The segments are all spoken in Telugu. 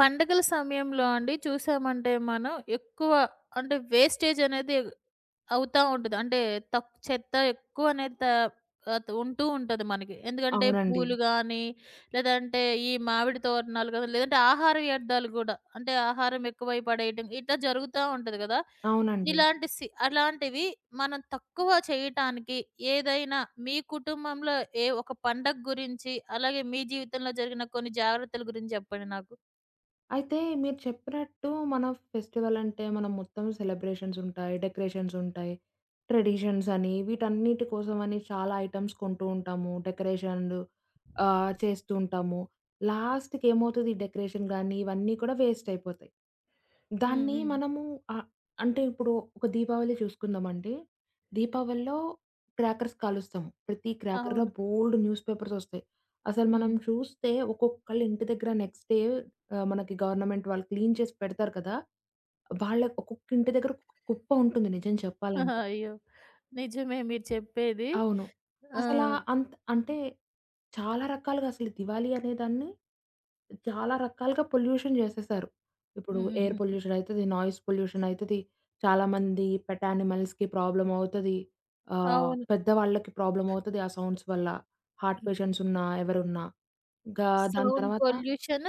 పండగల సమయంలో అండి చూసామంటే మనం ఎక్కువ అంటే వేస్టేజ్ అనేది అవుతా ఉంటది. అంటే చెత్త ఎక్కువ అనేది ఉంటూ ఉంటది మనకి. ఎందుకంటే అవునండి. పూలు గాని, లేదంటే ఈ మామిడి తోరణాలు గాని, లేదంటే ఆహార వ్యర్థాలు గూడా. అంటే ఆహారం ఎక్కువై పడేయటం ఇట్లా జరుగుతా ఉంటది గదా! అవునండి. ఇలాంటి అలాంటివి మనం తక్కువ చేయటానికి ఏదైనా మీ కుటుంబంలో ఏ ఒక పండగ గురించి, అలాగే మీ జీవితంలో జరిగిన కొన్ని జాగ్రత్తల గురించి జెప్పండి నాకు? అయితే మీరు చెప్పినట్టు మన ఫెస్టివల్ అంటే మనం మొత్తం సెలబ్రేషన్స్ ఉంటాయి. డెకరేషన్స్ ఉంటాయి. ట్రెడిషన్స్ అని వీటన్నిటి కోసం అని చాలా ఐటెమ్స్ కొంటూ ఉంటాము. డెకరేషన్‌లు చేస్తూ ఉంటాము. లాస్ట్‌కి ఏమవుతది డెకరేషన్ గానీ ఇవన్నీ కూడా వేస్ట్ అయిపోతాయి. హ్మ్. దాన్ని హ్మ్. మనము ఆహ్, అంటే ఇప్పుడు ఒక దీపావళి చూసుకుందామండి. దీపావళిలో క్రాకర్స్ కాలుస్తాము. ప్రతి క్రాకర్‌లో అవును. బోలెడు న్యూస్ పేపర్స్ ఒస్తాయి. అసలు మనం హ్మ్. చూస్తే ఒక్కొక్కళ్ళ ఇంటి దగ్గర నెక్స్ట్ డే మనకి గవర్నమెంట్ వాళ్ళు క్లీన్ చేసి పెడతారు కదా! వాళ్ళ ఒక్కొక్క ఇంటి దగ్గర ఒక్కొక్క కుప్ప ఉంటుంది నిజం చెప్పాలంటే. అయ్యో! నిజమే మీరు చెప్పేది. అవును. ఆ! అసలా అంటే చాలా రకాలుగా అసలు దివాళీ అనేదాన్ని చాలా రకాలుగా పొల్యూషన్ చేసేసారు. ఇప్పుడు హ్మ్. హ్మ్. ఎయిర్ హ్మ్. పొల్యూషన్ అయితది, నాయిస్ పొల్యూషన్ అయితది, చాలామంది పెట్ యానిమల్స్‌కి ప్రాబ్లమ్ అవుతది. అవును. పెద్దవాళ్ళకి ప్రాబ్లమ్ అవుతది ఆ సౌండ్స్ వల్ల. హార్ట్ పేషెంట్స్ ఉన్నా, ఎవరున్నా. ఇంకా దాని సౌండ్ తర్వాత పొల్యూషన్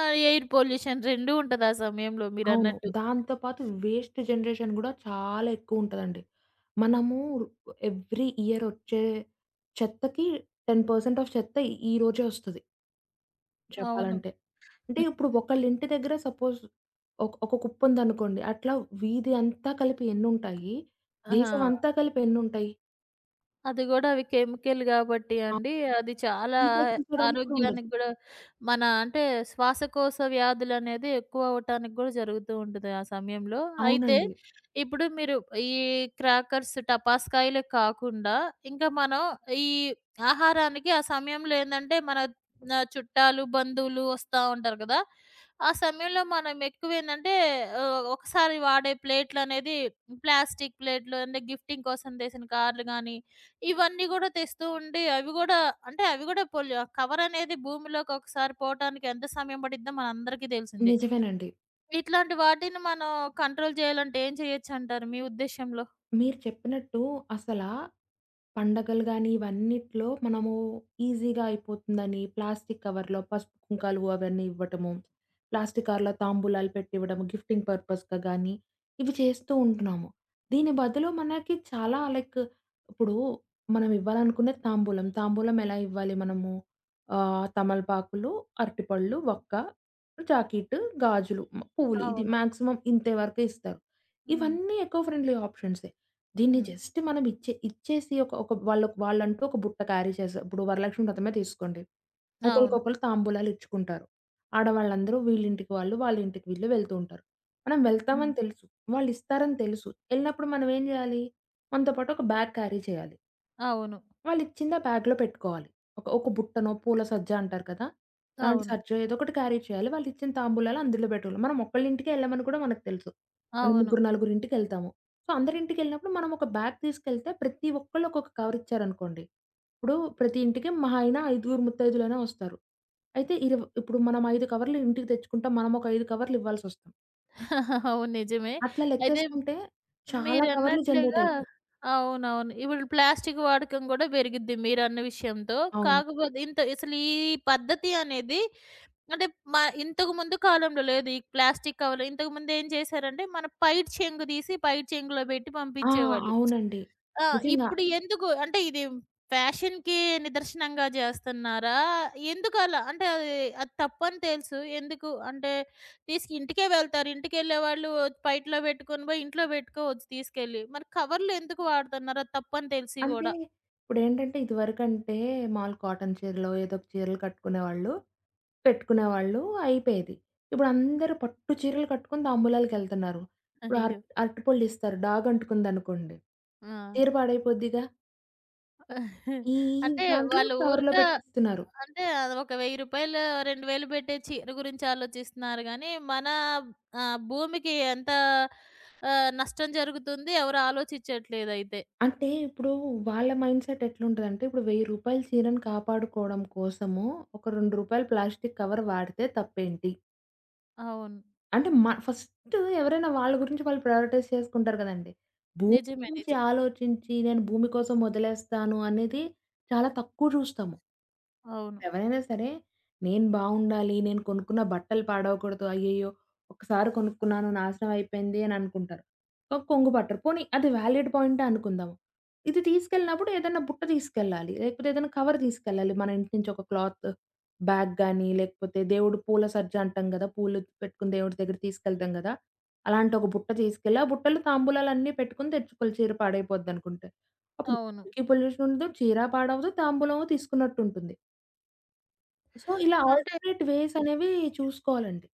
ఎయిర్ పొల్యూషన్ 2 ఉంటది ఆ సమయంలో అవును. మీరన్నట్టు. దాంతో పాటు వేస్ట్ జనరేషన్ గూడా చాలా ఎక్కువుంటదండి. మనము ఎవ్రీ ఇయర్ ఒచ్చే చెత్తకి 10% ఆఫ్ చెత్త ఈ రోజే ఒస్తది అవును. చెప్పాలంటే. అంటే ఇప్పుడు ఒకళ్ళింటి దగ్గర సపోజ్ ఒక ఒక కుప్పుందనుకోండి. అట్లా వీధి అంతా కలిపి ఎన్నుంటాయి? దేశం ఆ! అంతా కలిపి ఎన్నుంటాయి? అది గూడా అవి కెమికల్ గాబట్టి ఆ! అండి. అది చాలా రీసైకిల్ చేయడానికి కూడా ఉండదు. ఆరోగ్యానికి గూడా మన అంటే శ్వాసకోశ వ్యాధులనేది ఎక్కువ అవ్వటానికి గూడా జరుగుతూ ఉంటది ఆ సమయంలో. అయితే అవునండి. ఇప్పుడు మీరు ఈ క్రాకర్స్, టపాస్కాయలే కాకుండా ఇంకా మనం ఈ ఆహారానికి ఆ సమయంలో ఏందంటే మన చుట్టాలు, బంధువులు వస్తా ఉంటారు గదా! ఆ సమయంలో మనం ఎక్కువేంటంటే ఒకసారి వాడే ప్లేట్లనేది ప్లాస్టిక్ ప్లేట్లు అంటే గిఫ్టింగ్ కోసం తెసిన కార్లు గాని ఇవన్నీ గూడా తెస్తూ ఉండి, అవి గూడా అంటే అవి గూడా కవరనేది భూమిలోకి ఒకసారి పోవటానికి ఎంత సమయం పడిద్దో మనందరికీ తెలిసిందే. నిజమేనండి. ఇట్లాంటి వాటిని మనం కంట్రోల్ చేయాలంటే ఏం చేయొచ్చంటారు మీ ఉద్దేశ్యంలో? మీరు చెప్పినట్టు అసలా పండగలు గాని, ఇవన్నిట్లో మనము ఈజీగా అయిపోతుందని ప్లాస్టిక్ కవర్‌లో పసుపు, కుంకాలు అవన్నీ ఇవ్వటము. ప్లాస్టిక్ కవర్‌లో తాంబూలాలు పెట్టివ్వడము. గిఫ్టింగ్ పర్పస్‌గా గాని, ఇవి చేస్తూ ఉంటున్నాము. దీని బదులు మనకి చాలా లైక్ ఇప్పుడు మనం ఇవ్వాలనుకునే తాంబూలం. తాంబూలం ఎలా ఇవ్వాలి మనము? తమలపాకులు, అరటిపళ్ళు, వక్క, జాకెట్, గాజులు, పువ్వులు ఇది అవును. మాక్సిమం ఇంతే వరకే ఇస్తారు. హ్మ్. ఇవన్నీ ఎకో ఫ్రెండ్లీ ఆప్షన్సే. దీన్ని హ్మ్. జస్ట్ మనం ఇచ్చేసి ఒక ఒక వాళ్ళంటూ ఒక బుట్ట క్యారీ చేసారు. ఇప్పుడు వరలక్ష్మి వ్రతమే తీసుకోండి. అవును. ఒకళ్ళకొకళ్ళు తాంబూలాలు ఇచ్చుకుంటారు. ఆడవాళ్ళందరూ వీళ్ళింటికి వాళ్ళు, వాళ్ళ ఇంటికి వీళ్ళు వెళ్తూ ఉంటారు. మనం హ్మ్. వెళ్తామని తెలుసు. వాళ్ళిస్తారని తెలుసు. ఎళ్ళినప్పుడు మనం ఏం జేయాలి? మనతో పాటు ఒక బ్యాగ్ క్యారీ చేయాలి. అవును. వాళ్ళిచ్చింది ఆ బ్యాగ్‌లో పెట్టుకోవాలి. ఒక ఒక బుట్టనో, పూల సజ్జ అంటారు కదా! అలాంటి అవును. సజ్జో ఏదో ఒకటి క్యారీ చేయాలి. వాళ్ళిచ్చిన తాంబూలాలు అందులో పెట్టాలి. మనం ఒక్కళ్ళింటికే ఎళ్ళమని కూడా మనకు తెలుసు. మనం అవును. ముగ్గురు, నలుగురింటికెళ్తాము. సో, అందరింటికెళ్ళినప్పుడు మనం ఒక బ్యాగ్ తీసుకెళ్తే ప్రతి ఒక్కళ్ళు ఒక్కొక్క కవర్ ఇచ్చారనుకోండి. ఇప్పుడు ప్రతి ఇంటికి మహా అయినా ఐదుగురు ముత్తైదులైనా వస్తారు. అయితే ఇప్పుడు మనం 5 కవర్లు ఇంటికి తెచ్చుకుంటాం. మనం ఒక 5 కవర్లు ఇవ్వాల్సొస్తుంది. అవును. నిజమే. అట్లా అయితే లెక్కేసుకుంటే చాలా కవర్లు జనరేట్ మీరన్నట్లుగా అయితాయి. అవునవును. ఇప్పుడు ప్లాస్టిక్ వాడకం గూడా పెరిగిద్ది మీరన్న విషయంతో. అవును. కాకపోతే ఇంత అసలు ఈ పద్ధతి అనేది అంటే మా ఇంతకుముందు కాలంలో లేదు. ఈ ప్లాస్టిక్ కవర్లు. ఇంతకుముందు ఏం చేశారంటే, మన పైట చెంగు తీసి పైట చెంగులో పెట్టి ఆ! పంపించేవాళ్ళు. అవునండి. ఆ! నిజంగా. ఇప్పుడు ఎందుకు అంటే ఇది ఫ్యాషన్‌కి నిదర్శనంగా జేస్తున్నారా? ఎందుకు అలా? అంటే అది తప్పని తెలుసు. ఎందుకు అంటే తీసుకు ఇంటికే వెళ్తారు. ఇంటికెళ్ళేవాళ్ళు పైటలో పెట్టుకొని పోయి ఇంట్లో పెట్టుకోవచ్చు తీసుకెళ్ళి. మరి కవర్లు ఎందుకు వాడుతున్నారు? అది తప్పని తెలిసి అంటే గూడా. ఇప్పుడేంటంటే ఇదివరకంటే మాములు కాటన్ చీరలో ఏదో ఒక చీరలు కట్టుకునేవాళ్ళు, పెట్టుకునేవాళ్ళు అయిపోయేది. ఇప్పుడందరూ పట్టు చీరలు కట్టుకొని తాంబూలాలకెళ్తున్నారు. ఇప్పుడు అయ్యో! అరటిపళ్ళిస్తారు డాగంటుకుందనుకోండి, ఆ! చీర పాడైపోద్దిగా. ఈ ఈ అంటే దాంట్లో వాళ్ళు కవర్‌లో ఊరికే పెట్టిస్తున్నారు. అంటే అది ఒక రూ. 1000, 2000 పెట్టే చీర గురించి ఆలోచిస్తున్నారు గానీ, మన భూమికి ఎంత నష్టం జరుగుతుంది ఎవరు ఆలోచించట్లేదయితే. అంటే ఇప్పుడు వాళ్ళ మైండ్ సెట్ ఎట్లుంటదంటే ఇప్పుడు రూ. 1000 చీరను కాపాడుకోవడం కోసము ఒక రూ. 2 ప్లాస్టిక్ కవర్ వాడితే తప్పేంటి? అవును. అంటే ఫస్ట్ ఎవరైనా వాళ్ళ గురించి వాళ్ళు ప్రయారిటైజ్ చేసుకుంటారు గదండీ. భూమి నిజమే. గురించి నిజం. ఆలోచించి నేను భూమి కోసం వదిలేస్తాను అనేది చాలా తక్కువ చూస్తాము. అవును. ఎవరైనా సరే, నేను బావుండాలి, నేను కొనుక్కున్న బట్టలు పాడవకూడదు. అయ్యయ్యో! ఒక్కసారి కొనుక్కున్నాను నాశనం అయిపోయింది అని అనుకుంటారు. కొంగు పట్టరు. పోనీ అది వాలిడ్ పాయింటే అనుకుందాము. ఇది తీసుకెళ్ళినప్పుడు ఏదైనా బుట్ట తీసుకెళ్ళాలి. లేకపోతే ఏదైనా కవర్ తీసుకెళ్ళాలి. మన ఇంటి నుంచి ఒక క్లాత్ బ్యాగ్ గానీ, లేకపోతే దేవుడు పూల సజ్జ అంటాం గదా! పూలు పెట్టుకొని దేవుడి దగ్గర తీసుకెళ్తాం గదా! అలాంటి ఒక బుట్ట తీసుకెళ్ళి, ఆ బుట్టలో తాంబూలాలన్నీ పెట్టుకొని తెచ్చుకోవాలి చీర పాడైపోద్దనుకుంటే. అప్పుడు అవును. మనకి పొల్యూషన్ ఉండదు, చీర పాడవదు, తాంబూలము తీసుకున్నట్టుంటుంది. సో, ఇలా అంటే ఆల్టర్‌నేట్ వేస్ అనేవి చూసుకోవాలండి.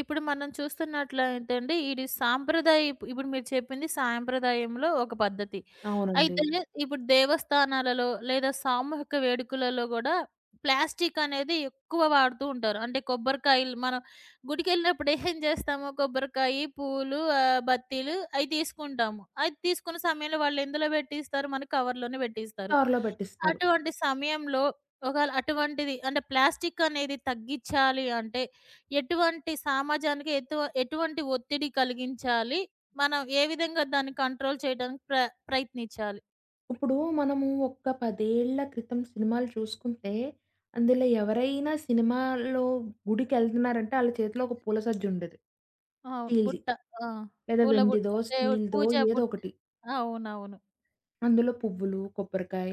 ఇప్పుడు మనం చూస్తున్నట్లయితే అండి, ఇది ఇప్పుడు మీరు చెప్పింది సాంప్రదాయంలో ఒక పద్ధతి. అవునండి. అయితే ఇప్పుడు దేవస్థానాలలో లేదా సామూహిక వేడుకలలో గూడా ప్లాస్టిక్ అనేది ఎక్కువ వాడుతూ ఉంటారు. అంటే కొబ్బరికాయలు మనం గుడికెళ్ళినప్పుడు ఏం చేస్తాము? కొబ్బరికాయ, పూలు, బత్తీలు అయి తీసుకుంటాము. అది తీసుకున్న సమయంలో వాళ్ళు ఎందులో పెట్టిస్తారు? మన కవర్‌లోనే పెట్టిస్తారు. దారిలో పట్టిస్తారు. అటువంటి సమయంలో అటువంటిది అంటే ప్లాస్టిక్ అనేది తగ్గిచ్చాలి అంటే, ఎటువంటి సమాజానికి ఎటువంటి ఒత్తిడి కలిగించాలి? మనం ఏ విధంగా దాన్ని కంట్రోల్ చేయడానికి ప్రయత్నించాలి? ఇప్పుడు మనము ఒక్క 10 ఏళ్ల క్రితం సినిమాలు చూసుకుంటే, అందులో ఎవరైనా సినిమాలో గుడికెళ్తున్నారంటే ఆళ్ళ చేతిలో ఒక పూల సజ్జుండేది. ఆ! స్టీల్‌ది. బుట్ట. ఆ! లేదా పూల బుట్ట, వెండిదో, దేవుడు స్టీల్‌దో పూజ ఏదో బుట్ట. ఒకటి. అవునవును. అందులో పువ్వులు, కొబ్బరికాయ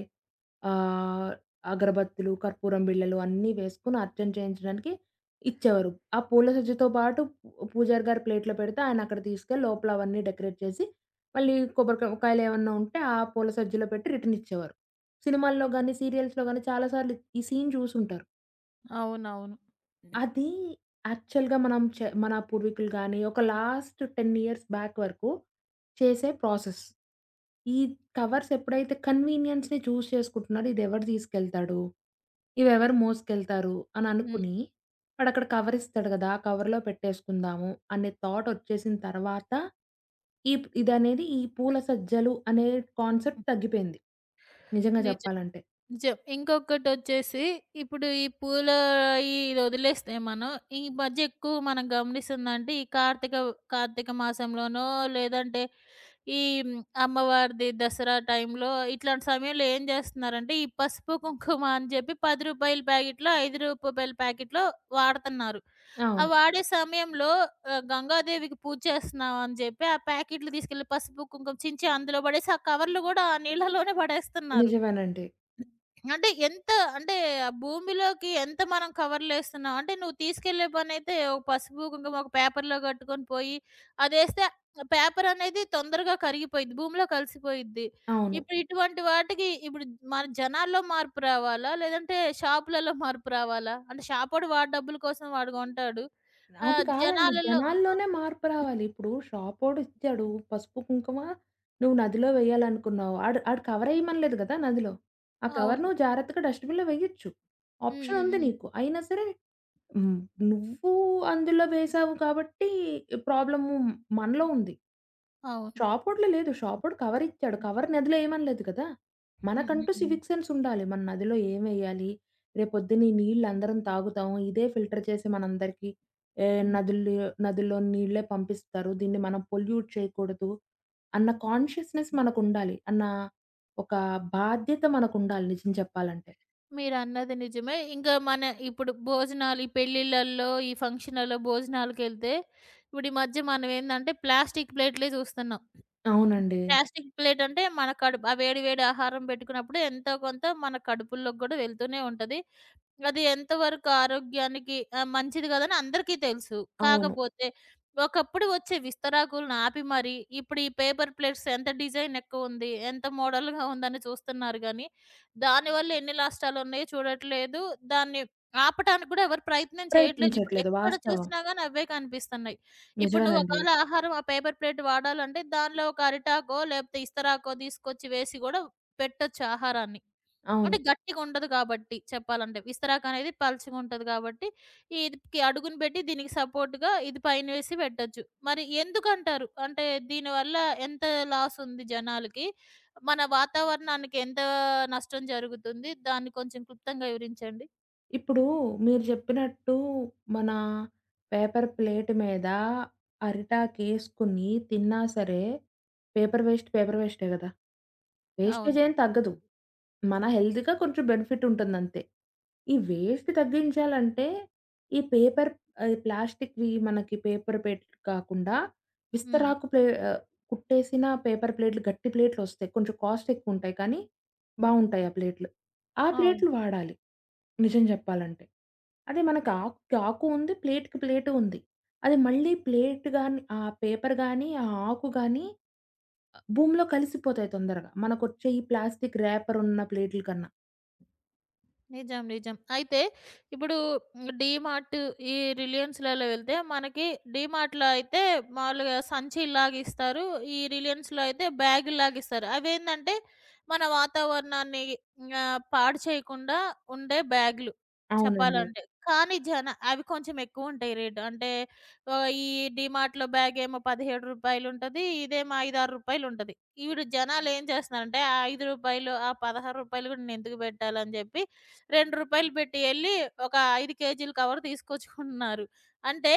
ఆహ్, అగరబత్తులు, కర్పూరం బిళ్ళలు అన్నీ వేసుకొని అర్చన చేయించడానికి ఇచ్చేవారు. ఆ పూల సజ్జతో పాటు పూజారి గారు ప్లేట్‌లో పెడితే ఆయన అక్కడ తీసుకెళ్ళి లోపల అవన్నీ డెకరేట్ చేసి, మళ్ళీ కాయలు ఏమన్నా ఉంటే ఆ పూల సజ్జలో పెట్టి రిటర్న్ ఇచ్చేవారు. సినిమాల్లో గాని, సీరియల్స్‌లో గాని చాలా సార్లు ఈ సీన్ చూసుంటారు. అవునవును. అది యాక్చువల్‌గా మనం మన పూర్వీకులు గాని, ఒక లాస్ట్ 10 ఇయర్స్ బ్యాక్ వరకు చేసే ప్రాసెస్. ఈ కవర్స్ ఎప్పుడైతే కన్వీనియన్స్‌ని చూజ్ చేసుకుంటున్నాడో ఇదెవడు తీసుకెళ్తాడు? ఇవెవరు మోసుకెళ్తారు? అని హ్మ్. అనుకుని వాడక్కడ కవర్ ఇస్తాడు కదా! ఆ కవర్‌లో పెట్టేసుకుందాము అనే థాట్ ఒచ్చేసిన తర్వాత ఈ ప్ ఇదనేది ఈ పూల సజ్జలు అనే కాన్సెప్ట్ తగ్గిపోయింది. నిజంగా నిజం. చెప్పాలంటే. నిజం. ఇంకొకటొచ్చేసి ఇప్పుడు ఈ పూల ఈ ఇది వదిలేస్తే మనం, ఈ మధ్య ఎక్కువ మనం గమనిస్తుందంటే, ఈ కార్తీక కార్తీక మాసంలోనో, లేదంటే ఈ అమ్మవారిది దసరా టైంలో ఇట్లాంటి సమయంలో ఏం జేస్తున్నారంటే, ఈ పసుపు, కుంకుమ అని జెప్పి రూ. 10 ప్యాకెట్‌లో, రూ. 5 ప్యాకెట్‌లో వాడతన్నారు. ఆ అవును. వాడే సమయంలో గంగాదేవికి పూజ చేస్తున్నాం అని జెప్పి, ఆ ప్యాకెట్లు తీసుకెళ్ళి పసుపు, కుంకుమ చించి అందులో పడేసి, ఆ కవర్లు గూడా ఆ నీళ్ళలోనే పడేస్తున్నారు. నిజమేనండి. అంటే ఎంత అంటే ఆ భూమిలోకి ఎంత మనం కవర్‌లేస్తున్నాం? అంటే నువ్వు తీసుకెళ్ళే పనైతే ఒక పసుపు, కుంకుమ ఒక పేపర్‌లో కట్టుకొని పోయి అదేస్తే పేపర్ అనేది తొందరగా కరిగిపోయిద్ది. భూమిలో కలిసిపోయిద్ది. అవును. ఇప్పుడు ఇటువంటి వాటికి ఇప్పుడు మన జనాల్లో మార్పు రావాలా? లేదంటే షాపులలో మార్పు రావాలా? అంటే షాపోడు వాడి డబ్బుల కోసం వాడు కొంటాడు. అది కాదండి. జనాలలో ఆ! జనాల్లోనే మార్పు రావాలి. ఇప్పుడు షాపోడు ఇచ్చాడు హ్మ్. పసుపు, కుంకుమ నువ్వు నదిలో వేయాలనుకున్నావు. ఆడు ఆడు కవరేయమనలేదు గదా! నదిలో. ఆ కవర్ అవును. నువ్వు జాగ్రత్తగా డస్ట్‌బిన్‌లో వేయొచ్చు. హ్మ్. ఆప్షన్ హ్మ్. ఉంది హ్మ్. నీకు. అయినా సరే హ్మ్. నువ్వు అందులో వేశావు కాబట్టి ప్రాబ్లము మనలో ఉంది. అవును. షాపోడులో లేదు. షాపోడు కవరిచ్చాడు. కవర్ నదిలో ఏయమనలేదు కదా! హ్మ్. హ్మ్. మనకంటూ హ్మ్. సివిక్ సెన్స్ ఉండాలి. మన నదిలో ఏమెయ్యాలి? రేపొద్దున ఈ నీళ్ళందరం తాగుతాం. ఇదే ఫిల్టర్ చేసి మనందరికీ ఏ హ్మ్. నదుల్లో నదుల్లో నీళ్ళే పంపిస్తారు. దీన్ని మనం పొల్యూట్ చేయకూడదు అన్న కాన్షియస్‌నెస్ మనకుండాలి. అన్న ఒక బాధ్యత మనకుండాలి నిజం చెప్పాలంటే. మీరన్నది నిజమే. ఇంకా మన ఇప్పుడు భోజనాలు, ఈ పెళ్ళిళ్ళల్లో, ఈ ఫంక్షన్‌లలో భోజనాలకెళ్తే, ఇప్పుడు ఈ మధ్య మనం ఏందంటే ప్లాస్టిక్ ప్లేట్‌లే చూస్తున్నాం. అవునండి. ప్లాస్టిక్ ప్లేట్ అంటే మన కడుపు ఆ వేడి వేడి ఆహారం పెట్టుకున్నప్పుడు ఎంతో కొంత మన కడుపుల్లోకి గూడా వెళ్తూనే ఉంటది. అది ఎంతవరకు ఆరోగ్యానికి మంచిది కాదని అందరికీ తెలుసు. అవును. కాకపోతే ఒకప్పుడు వచ్చే విస్తరాకులను ఆపి మరి, ఇప్పుడు ఈ పేపర్ ప్లేట్స్ ఎంత డిజైన్ ఎక్కువుంది, ఎంత మోడల్‌గా ఉందని చూస్తున్నారు గానీ, దానివల్ల ఎన్ని నష్టాలున్నాయో చూడట్లేదు. దాన్ని ఆపటానికి కూడా ఎవరు ప్రయత్నం చేయట్లేదు. ఇప్పుడు ప్రయత్నించట్లేదు. ఎక్కడ వాస్తవం. చూసినా గానీ అవే కనిపిస్తున్నాయి. ఇప్పుడు నువ్వు నిజమేనండి. ఒకవేళ ఆహారం ఆ పేపర్ ప్లేట్ వాడాలంటే దానిలో ఒక అరిటాకో, లేపోతే ఇస్తరాకో తీసుకొచ్చి వేసి గూడా పెట్టొచ్చు ఆహారాన్ని. అంటే అవును. గట్టిగుండదు కాబట్టి చెప్పాలంటే. విస్తరాకనేది పలుచగుంటది కాబట్టి, ఇదికి అడుగును పెట్టి దీనికి సపోర్ట్‌గా ఇది పైనేసి పెట్టొచ్చు. మరి ఎందుకంటారు? అంటే దీనివల్ల ఎంత లాసుంది జనాలకి? మన వాతావరణానికి ఎంత నష్టం జరుగుతుంది? దాన్ని కొంచెం క్లుప్తంగా వివరించండి. ఇప్పుడు మీరు చెప్పినట్టు మన పేపర్ ప్లేట్ మీద అరిటాకేసుకుని తిన్నా సరే, పేపర్ వేస్టే గదా! వేస్టేజ్ అవును. ఏం తగ్గదు. మన హెల్త్‌గా కొంచెం బెనిఫిట్ ఉంటుందంతే. ఈ వేస్ట్ తగ్గించాలంటే ఈ పేపర్ ప్లాస్టిక్‌వి మనకి పేపర్ ప్లేట్లు కాకుండా హ్మ్. విస్తరాకు ఆహ్, కుట్టేసిన పేపర్ ప్లేట్లు, గట్టి ప్లేట్లొస్తాయి. కొంచెం కాస్ట్ ఎక్కువుంటాయి కానీ బావుంటాయి ఆ ప్లేట్లు. ఆ అవును. ప్లేట్లు వాడాలి. నిజం జెప్పాలంటే. అదే మనకు ఆకుకి ఆకు ఉంది. ప్లేట్‌కి ప్లేటు ఉంది. అది మళ్ళీ ప్లేట్ గాని, ఆ పేపర్ గాని, ఆ ఆకు గాని భూమిలో కలిసిపోతాయి తొందరగా. మనకొచ్చే ఈ ప్లాస్టిక్ ర్యాపర్ ఉన్న ప్లేట్‌ల కన్నా. నిజం. నిజం. అయితే ఇప్పుడు డీమార్ట్ ఈ రిలయన్స్‌లలో వెళ్తే మనకి డీమార్ట్‌లో అయితే మామూలుగా సంచిలాగా ఇస్తారు. ఈ రిలయన్స్‌లో అయితే బ్యాగులాగా ఇస్తారు. అవేందంటే మన వాతావరణాన్ని పాడు చేయకుండా ఉండే బ్యాగులు అవునండి. చెప్పాలంటే. కానీ జన అవి కొంచెం ఎక్కువుంటాయి రేటు. అంటే ఈ డీమార్ట్‌లో బ్యాగేమో రూ. 17 ఉంటది. ఇదేమో రూ. 5, 6 ఉంటది. ఈవిడ జనాలేం చేస్తున్నారంటే ఆ రూ. 5, ఆ రూ. 16 కూడా నేనెందుకు పెట్టాలని చెప్పి రూ. 2 పెట్టి ఎళ్లి ఒక 5 కేజీల కవర్ తీసుకొచ్చుకుంటున్నారు. అంటే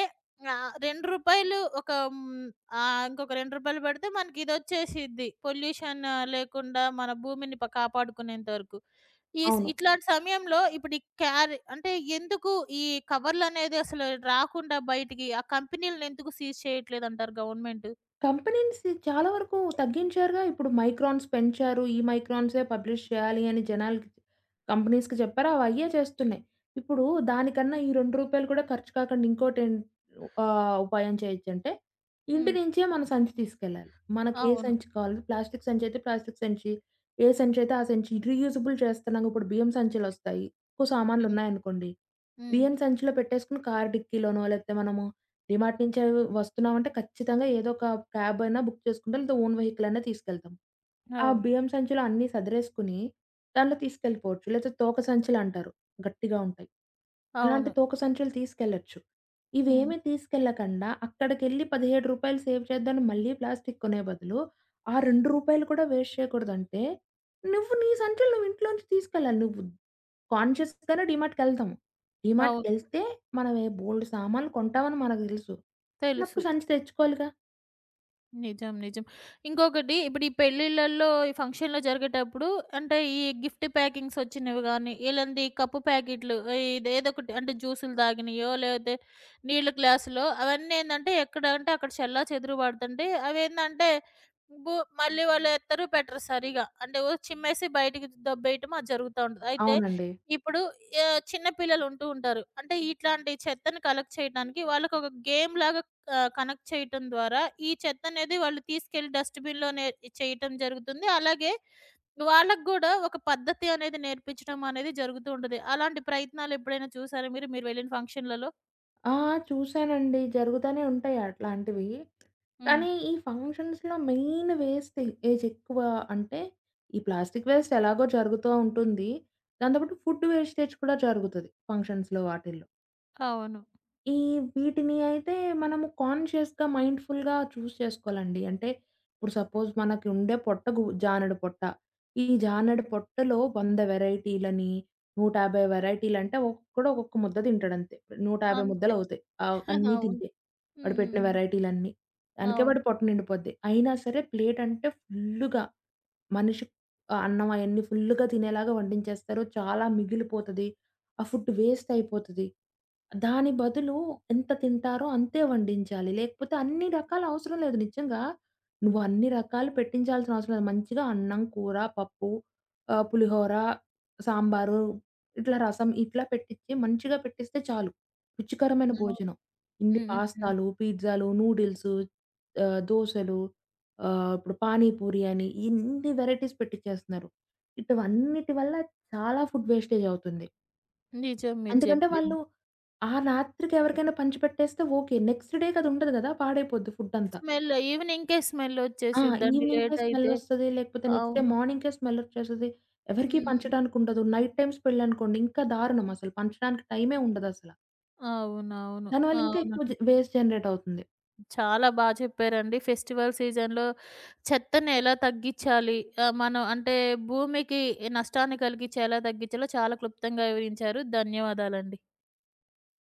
ఆహ్, రూ. 2 ఒక హ్మ్, ఇంకొక రూ. 2 పెడితే మనకి ఇదొచ్చేసిద్ది. పొల్యూషన్ లేకుండా మన భూమిని ప కాపాడుకునేంత వరకు. అవును. ఇట్లాంటి సమయంలో ఇప్పుడు ఈ క్యారీ అంటే ఎందుకు ఈ కవర్‌లనేది అసలు రాకుండా బయటికి ఆ కంపెనీలని ఎందుకు సీజ్ చేయట్లేదంటారు గవర్నమెంట్? కంపెనీస్ చాలా వరకు తగ్గించారుగా. ఇప్పుడు మైక్రాన్స్ పెంచారు. ఈ మైక్రాన్సే పబ్లిష్ చేయాలి అని జనాలకి కంపెనీస్‌కి చెప్పారు. అవయ్యే చేస్తున్నాయి. ఇప్పుడు దానికన్నా ఈ రూ. 2 కూడా ఖర్చు కాకుండా ఇంకోటేం ఉపాయం చేయొచ్చంటే, ఇంటి హ్మ్. నుంచే మన సంచి తీసుకెళ్ళాలి. మనకి ఏ అవును. సంచి కావాలి ప్లాస్టిక్ సంచి అయితే ప్లాస్టిక్ సంచి, ఏ హ్మ్. సంచి అయితే ఆ సంచి రీయూజబుల్ చేస్తున్నాం. ఇప్పుడు బియ్యం సంచులొస్తాయి. ఎక్కువ హ్మ్. సామాన్లున్నాయనుకోండి. హ్మ్. బియ్యం సంచిలో పెట్టేసుకొని కారు డిక్కీలోనో లేకపోతే మనము డీమార్ట్ నుంచే వస్తున్నామంటే ఖచ్చితంగా ఏదో ఒక క్యాబ్ అయినా బుక్ చేసుకుంటాం. లేదా ఓన్ వెహికల్ అయినా తీసుకెళ్తాం. ఆ అవును. బియ్యం సంచిలో అన్నీ సదరేసుకొని దాంట్లో తీసుకెళ్ళిపోవచ్చు. లేతే తోక సంచులంటారు. గట్టిగా ఉంటాయి. అలాంటి అవును. తోక సంచులు తీసుకెళ్ళొచ్చు. హ్మ్. ఇవేమీ తీసుకెళ్ళకుండా అక్కడికెళ్ళి రూ. 17 సేవ్ చేద్దామని మళ్ళీ ప్లాస్టిక్ కొనే బదులు ఆ రూ. 2 కూడా వేస్ట్ చేయకూడదంటే నువ్వు నీ సంచులు నువ్వు ఇంట్లోంచి తీసుకెళ్ళాలి. నువ్వు కాన్షియస్‌గానే డీమార్ట్‌కెళ్తాము. అవును. డీమార్ట్‌కెళ్తే మనం ఏ బోలెడు సామాన్లు కొంటామని మనకు తెలుసు. ఉన్నప్పుడు తెలుసు. సంచి తెచ్చుకోవాలిగా. నిజం. నిజం. ఇంకొకటి ఇప్పుడు ఈ పెళ్ళిళ్ళల్లో, ఈ ఫంక్షన్‌లో జరిగేటప్పుడు అంటే ఈ గిఫ్ట్ ప్యాకింగ్స్ వచ్చినవి గానీ, ఇలాంటి కప్పు ప్యాకెట్లు ఇది ఏదో ఒకటి అంటే జ్యూసులు తాగినయో, లేకపోతే నీళ్ళ గ్లాసులో అవన్నీ ఏందంటే ఎక్కడంటే అక్కడ చెల్లాచెదురు పడుతుంటాయి. అవేందంటే బు మళ్ళీ వాళ్ళు ఎత్తరు, పెట్టరు సరిగా. అంటే ఓ చిమ్మేసి బయటికి దొబ్బేయటం అది జరుగుతా ఉంటది. అయితే అవునండి. ఇప్పుడు చిన్న పిల్లలు ఉంటూ ఉంటారు. అంటే ఇట్లాంటి చెత్తను కలెక్ట్ చేయడానికి వాళ్ళకొక గేమ్‌లాగా కనెక్ట్ చేయటం ద్వారా ఈ చెత్తనేది వాళ్ళు తీసుకెళ్ళి డస్ట్‌బిన్‌లోనే చేయటం జరుగుతుంది. అలాగే వాళ్ళకి గూడా ఒక పద్ధతి అనేది నేర్పించడం అనేది జరుగుతూ ఉంటది. అలాంటి ప్రయత్నాలు ఎప్పుడైనా చూసారా మీరు, మీరు వెళ్ళిన ఫంక్షన్‌లలో? ఆ! చూసానండి. జరుగుతానే ఉంటాయి అట్లాంటివి. హ్మ్. కానీ ఈ ఫంక్షన్స్‌లో మెయిన్ వేస్ట్ ఏజ్ ఎక్కువ అంటే, ఈ ప్లాస్టిక్ వేస్ట్ ఎలాగో జరుగుతూ ఉంటుంది. దాంతో పాటు ఫుడ్ వేస్టేజ్ కూడా జరుగుతది ఫంక్షన్స్‌లో వాటిల్లో. అవును. ఈ వీటిని అయితే మనము కాన్షియస్‌గా, మైండ్‌ఫుల్‌గా చేసుకోవాలండి. అంటే ఇప్పుడు సపోజ్ మనకి ఉండే పొట్ట జానెడు పొట్ట. ఈ జానెడు పొట్టలో 100 వెరైటీలని, 150 వెరైటీలంటే ఒక్కొక్కడు ఒక్కొక్క ముద్ద తింటాడంతే. 150 అంతే. ముద్దలవుతాయి. అన్నీ అవును. తింటే. వాడు హ్మ్. హ్మ్. పెట్టిన హ్మ్. వెరైటీలన్నీ. దానికే అవును. వాడి పొట్ట నిండిపోద్ది. అయినా సరే ప్లేటంటే ఫుల్లుగా మనిషి అన్నం అయన్నీ ఫుల్‌గా తినేలాగా వండించేస్తారు. చాలా మిగిలిపోతది. ఆ ఫుడ్ వేస్ట్ అయిపోతది. దాని బదులు ఎంత తింటారో అంతే వండించాలి. లేకపోతే అన్ని రకాలు అవసరం లేదు నిజంగా. నువ్వు అన్ని రకాలు పెట్టించాల్సిన అవసరం లేదు. మంచిగా అన్నం, కూర, పప్పు, పులిహోర, సాంబారు, ఇట్లా రసం ఇట్లా పెట్టిచ్చి మంచిగా పెట్టిస్తే చాలు. రుచికరమైన అవును. భోజనం. ఇన్ని హ్మ్. హ్మ్. హ్మ్. పాస్తాలు, పిజ్జాలు, నూడిల్సు, దోసలు ఇప్పుడు పానీపూరి అని ఇన్ని వెరైటీస్ పెట్టిచ్చేస్తున్నారు. ఇటువన్నిటి వల్ల చాలా ఫుడ్ వేస్టేజ్ అవుతుంది. నిజం మీరు ఎందుకంటే వాళ్ళు చెప్పింది. ఆ రాత్రికి ఎవరికైనా పంచిపెట్టేస్తే ఓకే. నెక్స్ట్ డేకి అది ఉండదు గదా! పాడైపోద్ది ఫుడ్డంతా. ఈవినింగ్‌కే ఆ! స్మెల్లొచ్చేసిద్దండి ఈవెనింగ్‌కే లేట్ అయితే. స్మెల్లొస్తది. లేకపోతే నెక్స్ట్ డే అవును. మార్నింగ్‌కే స్మెల్లొచ్చేస్తది. ఎవరికీ హ్మ్. పంచడానికి ఉండదు. నైట్ టైమ్స్ పెళ్ళనుకోండి ఇంకా దారుణం అసలు. పంచడానికి టైమే ఉండదసల. అవునవును. దానివల్ల ఇంకా ఎక్కువ అవునండి. వేస్ట్ జనరేట్ అవుతుంది. చాలా చెప్పారండి. ఫెస్టివల్ సీజన్‌లో చెత్తని ఎలా తగ్గిచ్చాలి? మనం అంటే భూమికి నష్టాన్ని కలిగించి ఎలా తగ్గించాలో చాలా క్లుప్తంగా వివరించారు. ధన్యవాదాలండి.